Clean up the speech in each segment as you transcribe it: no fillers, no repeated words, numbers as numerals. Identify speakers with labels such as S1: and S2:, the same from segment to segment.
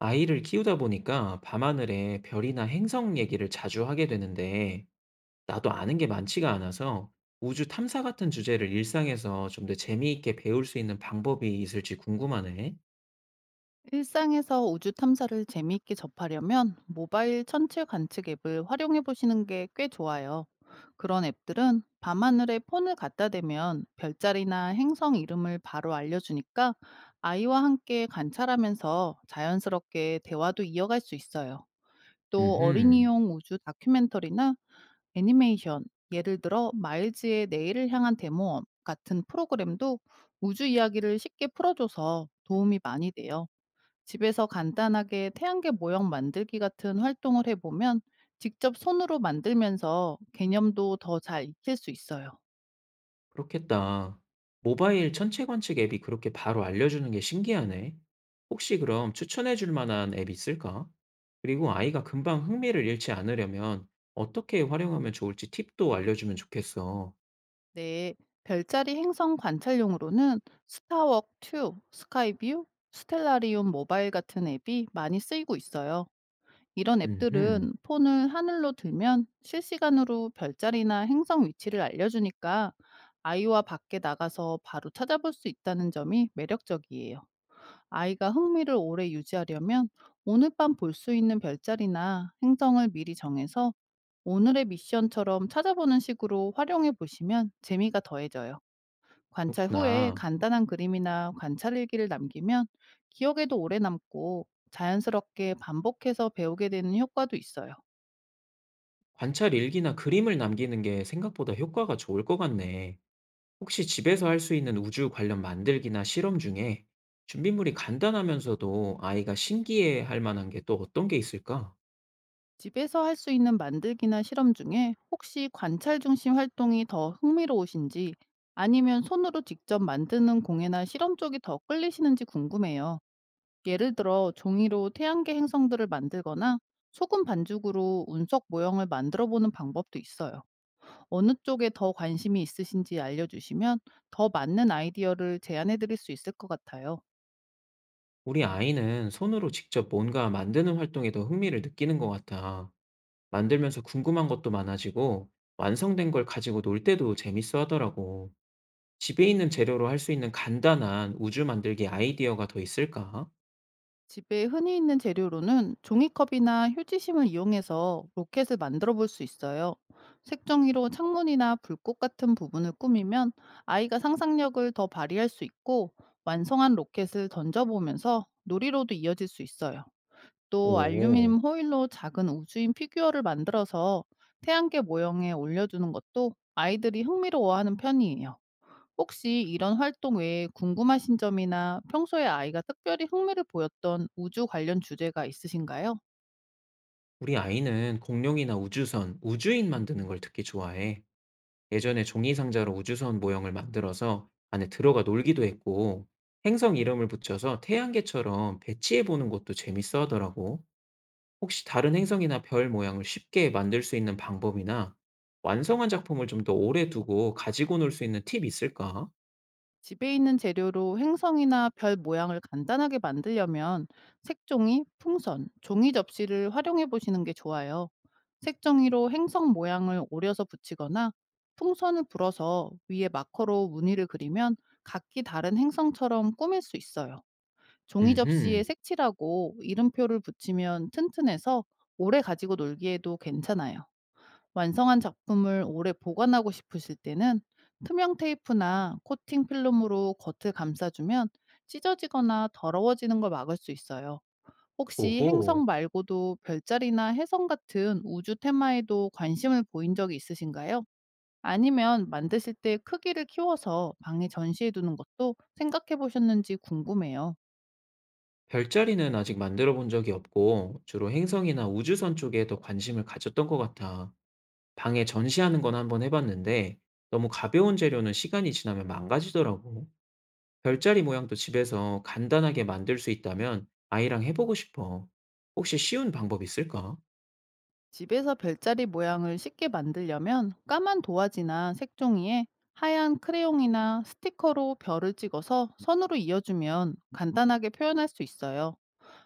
S1: 아이를 키우다 보니까 밤하늘에 별이나 행성 얘기를 자주 하게 되는데, 나도 아는 게 많지가 않아서 우주 탐사 같은 주제를 일상에서 좀 더 재미있게 배울 수 있는 방법이 있을지 궁금하네.
S2: 일상에서 우주 탐사를 재미있게 접하려면 모바일 천체 관측 앱을 활용해 보시는 게 꽤 좋아요. 그런 앱들은 밤하늘에 폰을 갖다 대면 별자리나 행성 이름을 바로 알려주니까 아이와 함께 관찰하면서 자연스럽게 대화도 이어갈 수 있어요. 또
S1: 음흠,
S2: 어린이용 우주 다큐멘터리나 애니메이션, 예를 들어 마일즈의 내일을 향한 데모험 같은 프로그램도 우주 이야기를 쉽게 풀어줘서 도움이 많이 돼요. 집에서 간단하게 태양계 모형 만들기 같은 활동을 해보면 직접 손으로 만들면서 개념도 더 잘 익힐 수 있어요.
S1: 그렇겠다. 모바일 천체 관측 앱이 그렇게 바로 알려주는 게 신기하네. 혹시 그럼 추천해 줄 만한 앱 있을까? 그리고 아이가 금방 흥미를 잃지 않으려면 어떻게 활용하면 좋을지 팁도 알려주면 좋겠어.
S2: 네. 별자리 행성 관찰용으로는 스타워크 2, 스카이뷰, 스텔라리움 모바일 같은 앱이 많이 쓰이고 있어요. 이런
S1: 음흠,
S2: 앱들은 폰을 하늘로 들면 실시간으로 별자리나 행성 위치를 알려주니까 아이와 밖에 나가서 바로 찾아볼 수 있다는 점이 매력적이에요. 아이가 흥미를 오래 유지하려면 오늘 밤 볼 수 있는 별자리나 행성을 미리 정해서 오늘의 미션처럼 찾아보는 식으로 활용해 보시면 재미가 더해져요. 관찰 후에
S1: 그렇구나.
S2: 간단한 그림이나 관찰 일기를 남기면 기억에도 오래 남고 자연스럽게 반복해서 배우게 되는 효과도 있어요.
S1: 관찰 일기나 그림을 남기는 게 생각보다 효과가 좋을 것 같네. 혹시 집에서 할 수 있는 우주 관련 만들기나 실험 중에 준비물이 간단하면서도 아이가 신기해 할 만한 게 또 어떤 게 있을까?
S2: 집에서 할 수 있는 만들기나 실험 중에 혹시 관찰 중심 활동이 더 흥미로우신지, 아니면 손으로 직접 만드는 공예나 실험 쪽이 더 끌리시는지 궁금해요. 예를 들어 종이로 태양계 행성들을 만들거나 소금 반죽으로 운석 모형을 만들어 보는 방법도 있어요. 어느 쪽에 더 관심이 있으신지 알려주시면 더 맞는 아이디어를 제안해 드릴 수 있을 것 같아요.
S1: 우리 아이는 손으로 직접 뭔가 만드는 활동에 더 흥미를 느끼는 것 같아. 만들면서 궁금한 것도 많아지고 완성된 걸 가지고 놀 때도 재밌어 하더라고. 집에 있는 재료로 할 수 있는 간단한 우주 만들기 아이디어가 더 있을까?
S2: 집에 흔히 있는 재료로는 종이컵이나 휴지심을 이용해서 로켓을 만들어 볼 수 있어요. 색종이로 창문이나 불꽃 같은 부분을 꾸미면 아이가 상상력을 더 발휘할 수 있고, 완성한 로켓을 던져보면서 놀이로도 이어질 수 있어요. 또
S1: 오.
S2: 알루미늄 호일로 작은 우주인 피규어를 만들어서 태양계 모형에 올려주는 것도 아이들이 흥미로워하는 편이에요. 혹시 이런 활동 외에 궁금하신 점이나 평소에 아이가 특별히 흥미를 보였던 우주 관련 주제가 있으신가요?
S1: 우리 아이는 공룡이나 우주선, 우주인 만드는 걸 특히 좋아해. 예전에 종이 상자로 우주선 모형을 만들어서 안에 들어가 놀기도 했고, 행성 이름을 붙여서 태양계처럼 배치해 보는 것도 재밌어 하더라고. 혹시 다른 행성이나 별 모양을 쉽게 만들 수 있는 방법이나 완성한 작품을 좀 더 오래 두고 가지고 놀 수 있는 팁 있을까?
S2: 집에 있는 재료로 행성이나 별 모양을 간단하게 만들려면 색종이, 풍선, 종이 접시를 활용해 보시는 게 좋아요. 색종이로 행성 모양을 오려서 붙이거나 풍선을 불어서 위에 마커로 무늬를 그리면 각기 다른 행성처럼 꾸밀 수 있어요. 종이 접시에
S1: 음흠,
S2: 색칠하고 이름표를 붙이면 튼튼해서 오래 가지고 놀기에도 괜찮아요. 완성한 작품을 오래 보관하고 싶으실 때는 투명 테이프나 코팅 필름으로 겉을 감싸주면 찢어지거나 더러워지는 걸 막을 수 있어요. 혹시
S1: 오호.
S2: 행성 말고도 별자리나 해성 같은 우주 테마에도 관심을 보인 적이 있으신가요? 아니면 만드실 때 크기를 키워서 방에 전시해 두는 것도 생각해 보셨는지 궁금해요.
S1: 별자리는 아직 만들어 본 적이 없고, 주로 행성이나 우주선 쪽에 더 관심을 가졌던 것 같아. 방에 전시하는 건 한번 해 봤는데 너무 가벼운 재료는 시간이 지나면 망가지더라고. 별자리 모양도 집에서 간단하게 만들 수 있다면 아이랑 해 보고 싶어. 혹시 쉬운 방법 있을까?
S2: 집에서 별자리 모양을 쉽게 만들려면 까만 도화지나 색종이에 하얀 크레용이나 스티커로 별을 찍어서 선으로 이어주면 간단하게 표현할 수 있어요.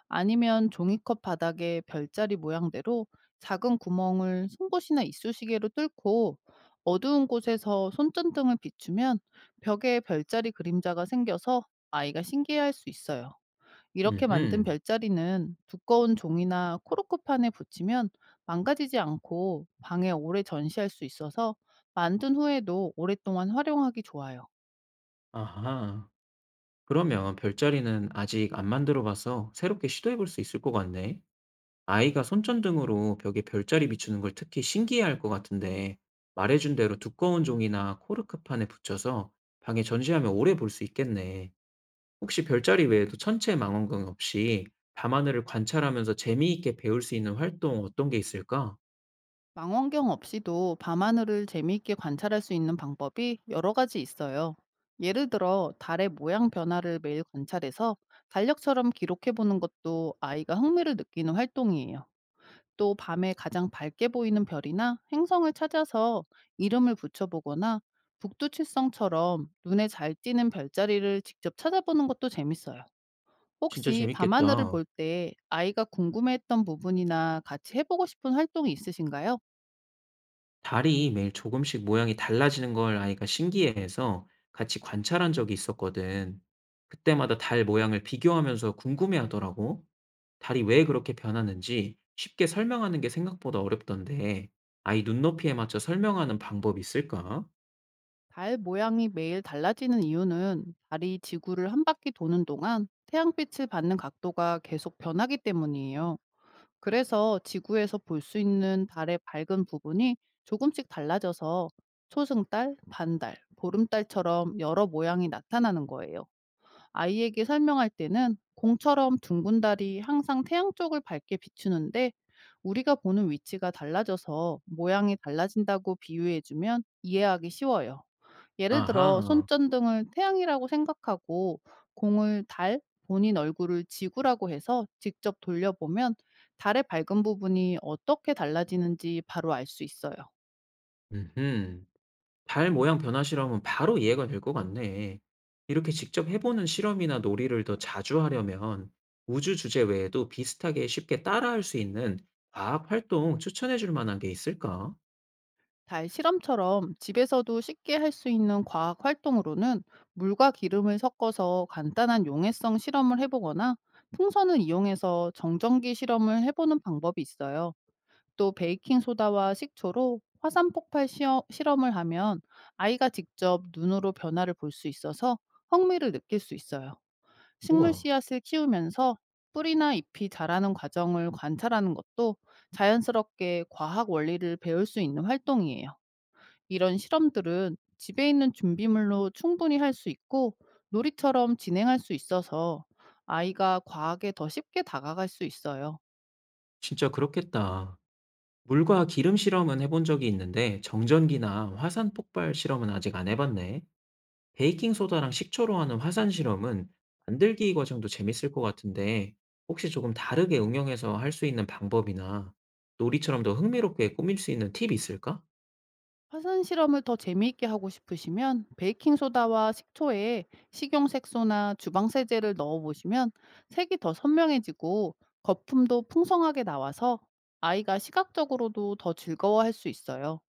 S2: 아니면 종이컵 바닥에 별자리 모양대로 작은 구멍을 송곳이나 이쑤시개로 뚫고 어두운 곳에서 손전등을 비추면 벽에 별자리 그림자가 생겨서 아이가 신기해할 수 있어요. 이렇게 만든
S1: 음흠.
S2: 별자리는 두꺼운 종이나 코르크판에 붙이면 망가지지 않고 방에 오래 전시할 수 있어서 만든 후에도 오랫동안 활용하기 좋아요.
S1: 아하. 그러면 별자리는 아직 안 만들어 봐서 새롭게 시도해 볼 수 있을 것 같네. 아이가 손전등으로 벽에 별자리 비추는 걸 특히 신기해할 것 같은데 말해준 대로 두꺼운 종이나 코르크판에 붙여서 방에 전시하면 오래 볼 수 있겠네. 혹시 별자리 외에도 천체 망원경 없이 밤하늘을 관찰하면서 재미있게 배울 수 있는 활동 어떤 게 있을까?
S2: 망원경 없이도 밤하늘을 재미있게 관찰할 수 있는 방법이 여러 가지 있어요. 예를 들어 달의 모양 변화를 매일 관찰해서 달력처럼 기록해 보는 것도 아이가 흥미를 느끼는 활동이에요. 또 밤에 가장 밝게 보이는 별이나 행성을 찾아서 이름을 붙여보거나 북두칠성처럼 눈에 잘 띄는 별자리를 직접 찾아보는 것도 재밌어요.
S1: 진짜
S2: 혹시 밤하늘을
S1: 재밌겠다.
S2: 볼 때 아이가 궁금해했던 부분이나 같이 해보고 싶은 활동이 있으신가요?
S1: 달이 매일 조금씩 모양이 달라지는 걸 아이가 신기해해서 같이 관찰한 적이 있었거든. 그때마다 달 모양을 비교하면서 궁금해하더라고. 달이 왜 그렇게 변하는지 쉽게 설명하는 게 생각보다 어렵던데, 아이 눈높이에 맞춰 설명하는 방법이 있을까?
S2: 달 모양이 매일 달라지는 이유는 달이 지구를 한 바퀴 도는 동안 태양빛을 받는 각도가 계속 변하기 때문이에요. 그래서 지구에서 볼 수 있는 달의 밝은 부분이 조금씩 달라져서 초승달, 반달, 보름달처럼 여러 모양이 나타나는 거예요. 아이에게 설명할 때는 공처럼 둥근 달이 항상 태양 쪽을 밝게 비추는데, 우리가 보는 위치가 달라져서 모양이 달라진다고 비유해주면 이해하기 쉬워요. 예를 들어
S1: 아하,
S2: 손전등을 태양이라고 생각하고 공을 달, 본인 얼굴을 지구라고 해서 직접 돌려보면 달의 밝은 부분이 어떻게 달라지는지 바로 알 수 있어요.
S1: 음흠. 발 모양 변화 실험은 바로 이해가 될 것 같네. 이렇게 직접 해보는 실험이나 놀이를 더 자주 하려면 우주 주제 외에도 비슷하게 쉽게 따라할 수 있는 과학 활동 추천해 줄 만한 게 있을까?
S2: 달 실험처럼 집에서도 쉽게 할 수 있는 과학 활동으로는 물과 기름을 섞어서 간단한 용해성 실험을 해보거나 풍선을 이용해서 정전기 실험을 해보는 방법이 있어요. 또 베이킹 소다와 식초로 화산 폭발 시어 실험을 하면 아이가 직접 눈으로 변화를 볼 수 있어서 흥미를 느낄 수 있어요. 식물
S1: 우와,
S2: 씨앗을 키우면서 뿌리나 잎이 자라는 과정을 관찰하는 것도 자연스럽게 과학 원리를 배울 수 있는 활동이에요. 이런 실험들은 집에 있는 준비물로 충분히 할 수 있고 놀이처럼 진행할 수 있어서 아이가 과학에 더 쉽게 다가갈 수 있어요.
S1: 진짜 그렇겠다. 물과 기름 실험은 해본 적이 있는데 정전기나 화산 폭발 실험은 아직 안 해봤네. 베이킹소다랑 식초로 하는 화산 실험은 만들기 과정도 재밌을 것 같은데 혹시 조금 다르게 응용해서 할 수 있는 방법이나 놀이처럼 더 흥미롭게 꾸밀 수 있는 팁이 있을까?
S2: 화산 실험을 더 재미있게 하고 싶으시면 베이킹 소다와 식초에 식용 색소나 주방 세제를 넣어 보시면 색이 더 선명해지고 거품도 풍성하게 나와서 아이가 시각적으로도 더 즐거워할 수 있어요.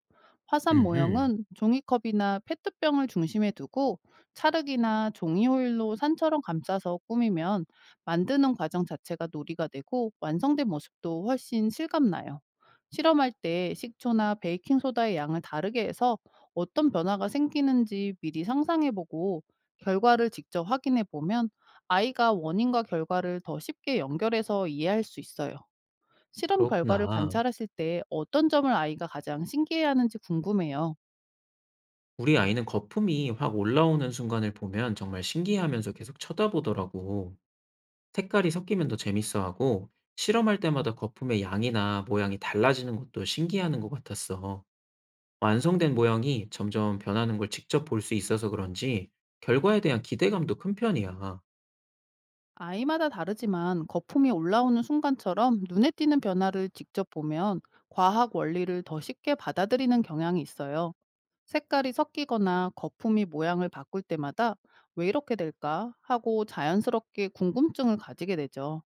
S2: 화산
S1: 음,
S2: 모형은 종이컵이나 페트병을 중심에 두고 찰흙이나 종이 호일로 산처럼 감싸서 꾸미면 만드는 과정 자체가 놀이가 되고 완성된 모습도 훨씬 실감나요. 실험할 때 식초나 베이킹소다의 양을 다르게 해서 어떤 변화가 생기는지 미리 상상해보고 결과를 직접 확인해보면 아이가 원인과 결과를 더 쉽게 연결해서 이해할 수 있어요. 실험 결과를
S1: 그렇구나.
S2: 관찰했을 때 어떤 점을 아이가 가장 신기해하는지 궁금해요.
S1: 우리 아이는 거품이 확 올라오는 순간을 보면 정말 신기해하면서 계속 쳐다보더라고. 색깔이 섞이면 더 재밌어하고 실험할 때마다 거품의 양이나 모양이 달라지는 것도 신기해하는 것 같았어. 완성된 모형이 점점 변하는 걸 직접 볼 수 있어서 그런지 결과에 대한 기대감도 큰 편이야.
S2: 아이마다 다르지만 거품이 올라오는 순간처럼 눈에 띄는 변화를 직접 보면 과학 원리를 더 쉽게 받아들이는 경향이 있어요. 색깔이 섞이거나 거품이 모양을 바꿀 때마다 왜 이렇게 될까 하고 자연스럽게 궁금증을 가지게 되죠.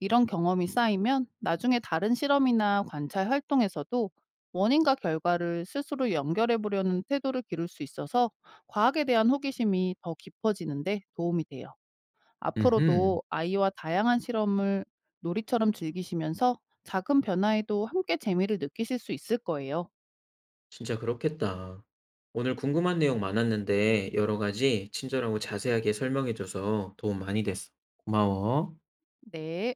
S2: 이런 경험이 쌓이면 나중에 다른 실험이나 관찰 활동에서도 원인과 결과를 스스로 연결해 보려는 태도를 기를 수 있어서 과학에 대한 호기심이 더 깊어지는데 도움이 돼요.
S1: 음흠,
S2: 앞으로도 아이와 다양한 실험을 놀이처럼 즐기시면서 작은 변화에도 함께 재미를 느끼실 수 있을 거예요.
S1: 진짜 그렇겠다. 오늘 궁금한 내용 많았는데 여러 가지 친절하고 자세하게 설명해줘서 도움 많이 됐어. 고마워.
S2: 네.